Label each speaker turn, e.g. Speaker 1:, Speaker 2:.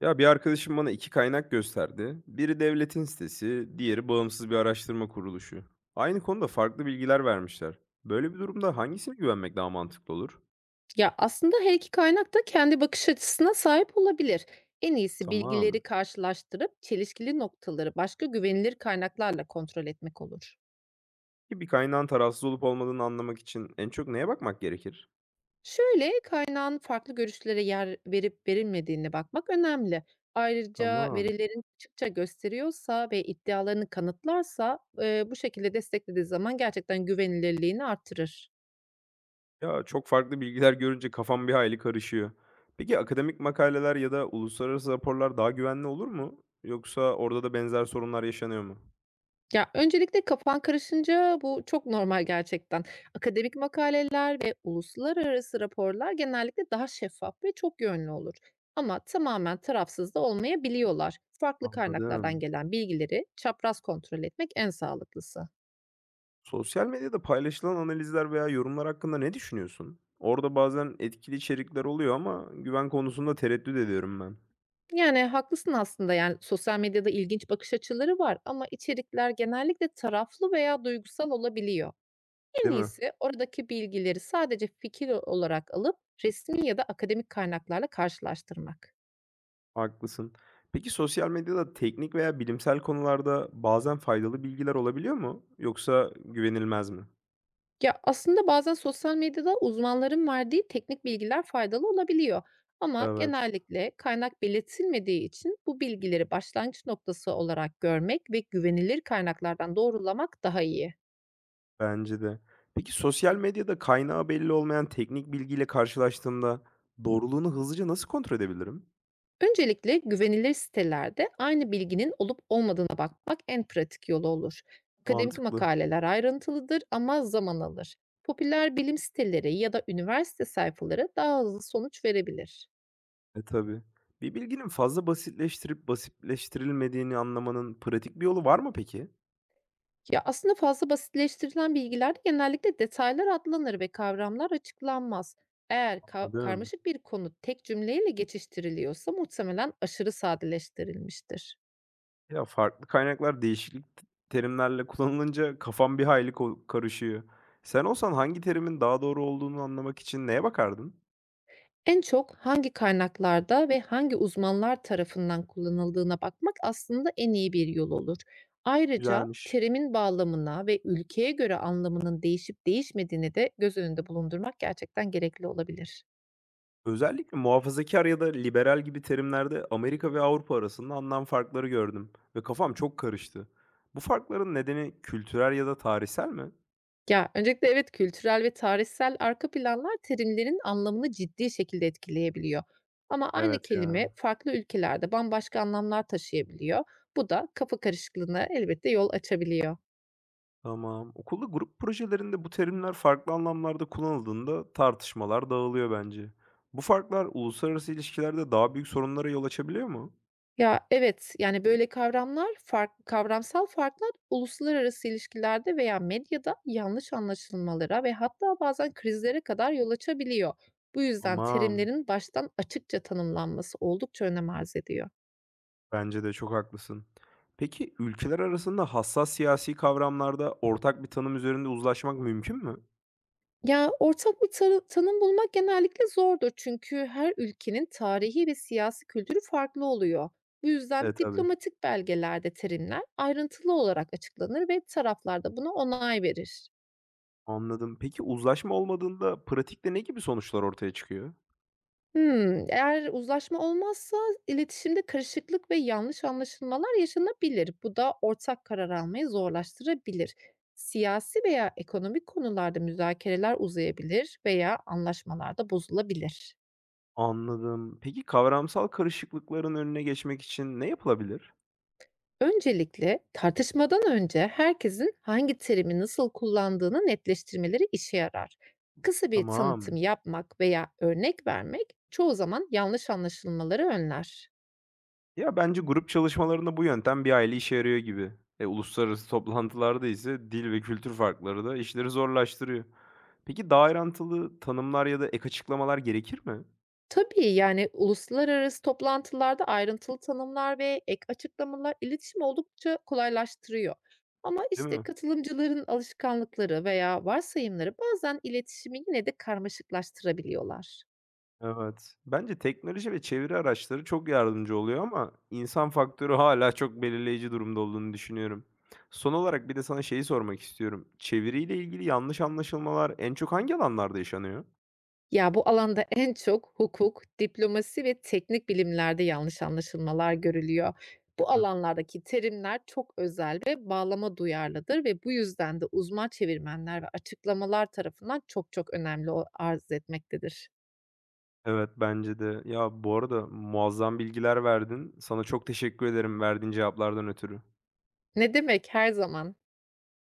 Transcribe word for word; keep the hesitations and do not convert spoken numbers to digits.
Speaker 1: Ya bir arkadaşım bana iki kaynak gösterdi. Biri devletin sitesi, diğeri bağımsız bir araştırma kuruluşu. Aynı konuda farklı bilgiler vermişler. Böyle bir durumda hangisine güvenmek daha mantıklı olur?
Speaker 2: Ya, aslında her iki kaynak da kendi bakış açısına sahip olabilir. En iyisi bilgileri
Speaker 1: Tamam.
Speaker 2: karşılaştırıp çelişkili noktaları başka güvenilir kaynaklarla kontrol etmek olur.
Speaker 1: Ki bir kaynağın tarafsız olup olmadığını anlamak için en çok neye bakmak gerekir?
Speaker 2: Şöyle, kaynağın farklı görüşlere yer verip verilmediğine bakmak önemli. Ayrıca
Speaker 1: Tamam.
Speaker 2: verilerin açıkça gösteriyorsa ve iddialarını kanıtlarsa, eee, bu şekilde desteklediği zaman gerçekten güvenilirliğini artırır.
Speaker 1: Ya çok farklı bilgiler görünce kafam bir hayli karışıyor. Peki akademik makaleler ya da uluslararası raporlar daha güvenli olur mu? Yoksa orada da benzer sorunlar yaşanıyor mu?
Speaker 2: Ya, öncelikle kafan karışınca bu çok normal gerçekten. Akademik makaleler ve uluslararası raporlar genellikle daha şeffaf ve çok yönlü olur. Ama tamamen tarafsız da olmayabiliyorlar. Farklı kaynaklardan
Speaker 1: Anladım.
Speaker 2: gelen bilgileri çapraz kontrol etmek en sağlıklısı.
Speaker 1: Sosyal medyada paylaşılan analizler veya yorumlar hakkında ne düşünüyorsun? Orada bazen etkili içerikler oluyor ama güven konusunda tereddüt ediyorum ben.
Speaker 2: Yani haklısın aslında yani sosyal medyada ilginç bakış açıları var ama içerikler genellikle taraflı veya duygusal olabiliyor. En
Speaker 1: Değil mi?
Speaker 2: iyisi oradaki bilgileri sadece fikir olarak alıp resmi ya da akademik kaynaklarla karşılaştırmak.
Speaker 1: Haklısın. Peki sosyal medyada teknik veya bilimsel konularda bazen faydalı bilgiler olabiliyor mu? Yoksa güvenilmez mi?
Speaker 2: Ya, aslında bazen sosyal medyada uzmanların verdiği teknik bilgiler faydalı olabiliyor ama
Speaker 1: Evet,
Speaker 2: genellikle kaynak belirtilmediği için bu bilgileri başlangıç noktası olarak görmek ve güvenilir kaynaklardan doğrulamak daha iyi.
Speaker 1: bence de. Peki sosyal medyada kaynağı belli olmayan teknik bilgiyle karşılaştığımda doğruluğunu hızlıca nasıl kontrol edebilirim?
Speaker 2: Öncelikle güvenilir sitelerde aynı bilginin olup olmadığına bakmak en pratik yolu olur. Akademik
Speaker 1: Mantıklı.
Speaker 2: makaleler ayrıntılıdır ama zaman alır. Popüler bilim siteleri ya da üniversite sayfaları daha hızlı sonuç verebilir.
Speaker 1: E, tabii. Bir bilginin fazla basitleştirip basitleştirilmediğini anlamanın pratik bir yolu var mı peki?
Speaker 2: Ya, aslında fazla basitleştirilen bilgilerde genellikle detaylar atlanır ve kavramlar açıklanmaz. Eğer ka
Speaker 1: Anladım.
Speaker 2: karmaşık bir konu tek cümleyle geçiştiriliyorsa muhtemelen aşırı sadeleştirilmiştir.
Speaker 1: Ya, farklı kaynaklar değişik t terimlerle kullanılınca kafam bir hayli ko karışıyor. Sen olsan hangi terimin daha doğru olduğunu anlamak için neye bakardın?
Speaker 2: En çok hangi kaynaklarda ve hangi uzmanlar tarafından kullanıldığına bakmak aslında en iyi bir yol olur. Ayrıca
Speaker 1: Güzelmiş.
Speaker 2: terimin bağlamına ve ülkeye göre anlamının değişip değişmediğini de göz önünde bulundurmak gerçekten gerekli olabilir.
Speaker 1: Özellikle muhafazakar ya da liberal gibi terimlerde Amerika ve Avrupa arasında anlam farkları gördüm ve kafam çok karıştı. Bu farkların nedeni kültürel ya da tarihsel mi?
Speaker 2: Ya, öncelikle evet, kültürel ve tarihsel arka planlar terimlerin anlamını ciddi şekilde etkileyebiliyor. Ama aynı
Speaker 1: Evet
Speaker 2: kelime
Speaker 1: ya.
Speaker 2: farklı ülkelerde bambaşka anlamlar taşıyabiliyor. Bu da kafa karışıklığına elbette yol açabiliyor.
Speaker 1: Tamam. Okulda grup projelerinde bu terimler farklı anlamlarda kullanıldığında tartışmalar dağılıyor bence. Bu farklar uluslararası ilişkilerde daha büyük sorunlara yol açabiliyor mu?
Speaker 2: Ya evet, yani böyle kavramlar, fark, kavramsal farklar uluslararası ilişkilerde veya medyada yanlış anlaşılmalara ve hatta bazen krizlere kadar yol açabiliyor. Bu yüzden
Speaker 1: Aman,
Speaker 2: terimlerin baştan açıkça tanımlanması oldukça önem arz ediyor.
Speaker 1: bence de çok haklısın. Peki ülkeler arasında hassas siyasi kavramlarda ortak bir tanım üzerinde uzlaşmak mümkün mü?
Speaker 2: Ya, ortak bir tarı tanım bulmak genellikle zordur çünkü her ülkenin tarihi ve siyasi kültürü farklı oluyor. Bu yüzden
Speaker 1: E tabii.
Speaker 2: diplomatik belgelerde terimler ayrıntılı olarak açıklanır ve taraflar da buna onay verir.
Speaker 1: Anladım. Peki uzlaşma olmadığında pratikte ne gibi sonuçlar ortaya çıkıyor?
Speaker 2: Hımm, eğer uzlaşma olmazsa iletişimde karışıklık ve yanlış anlaşılmalar yaşanabilir. Bu da ortak karar almayı zorlaştırabilir. Siyasi veya ekonomik konularda müzakereler uzayabilir veya anlaşmalar da bozulabilir.
Speaker 1: Anladım. Peki kavramsal karışıklıkların önüne geçmek için ne yapılabilir?
Speaker 2: Öncelikle tartışmadan önce herkesin hangi terimi nasıl kullandığını netleştirmeleri işe yarar. Kısa bir tanıtım
Speaker 1: Tamam.
Speaker 2: yapmak veya örnek vermek çoğu zaman yanlış anlaşılmaları önler.
Speaker 1: Ya, bence grup çalışmalarında bu yöntem bir aile işe yarıyor gibi. E, uluslararası toplantılarda ise dil ve kültür farkları da işleri zorlaştırıyor. Peki daha ayrıntılı tanımlar ya da ek açıklamalar gerekir mi?
Speaker 2: Tabii yani uluslararası toplantılarda ayrıntılı tanımlar ve ek açıklamalar iletişim oldukça kolaylaştırıyor. Ama
Speaker 1: Değil
Speaker 2: işte
Speaker 1: mi?
Speaker 2: katılımcıların alışkanlıkları veya varsayımları bazen iletişimi yine de karmaşıklaştırabiliyorlar.
Speaker 1: Evet. Bence teknoloji ve çeviri araçları çok yardımcı oluyor ama insan faktörü hala çok belirleyici durumda olduğunu düşünüyorum. Son olarak bir de sana şeyi sormak istiyorum. Çeviriyle ilgili yanlış anlaşılmalar en çok hangi alanlarda yaşanıyor?
Speaker 2: Ya, bu alanda en çok hukuk, diplomasi ve teknik bilimlerde yanlış anlaşılmalar görülüyor. Bu alanlardaki terimler çok özel ve bağlama duyarlıdır ve bu yüzden de uzman çevirmenler ve açıklamalar tarafından çok çok önemli o arz etmektedir.
Speaker 1: Evet, bence de. Ya, bu arada muazzam bilgiler verdin. Sana çok teşekkür ederim verdiğin cevaplardan ötürü.
Speaker 2: Ne demek, her zaman.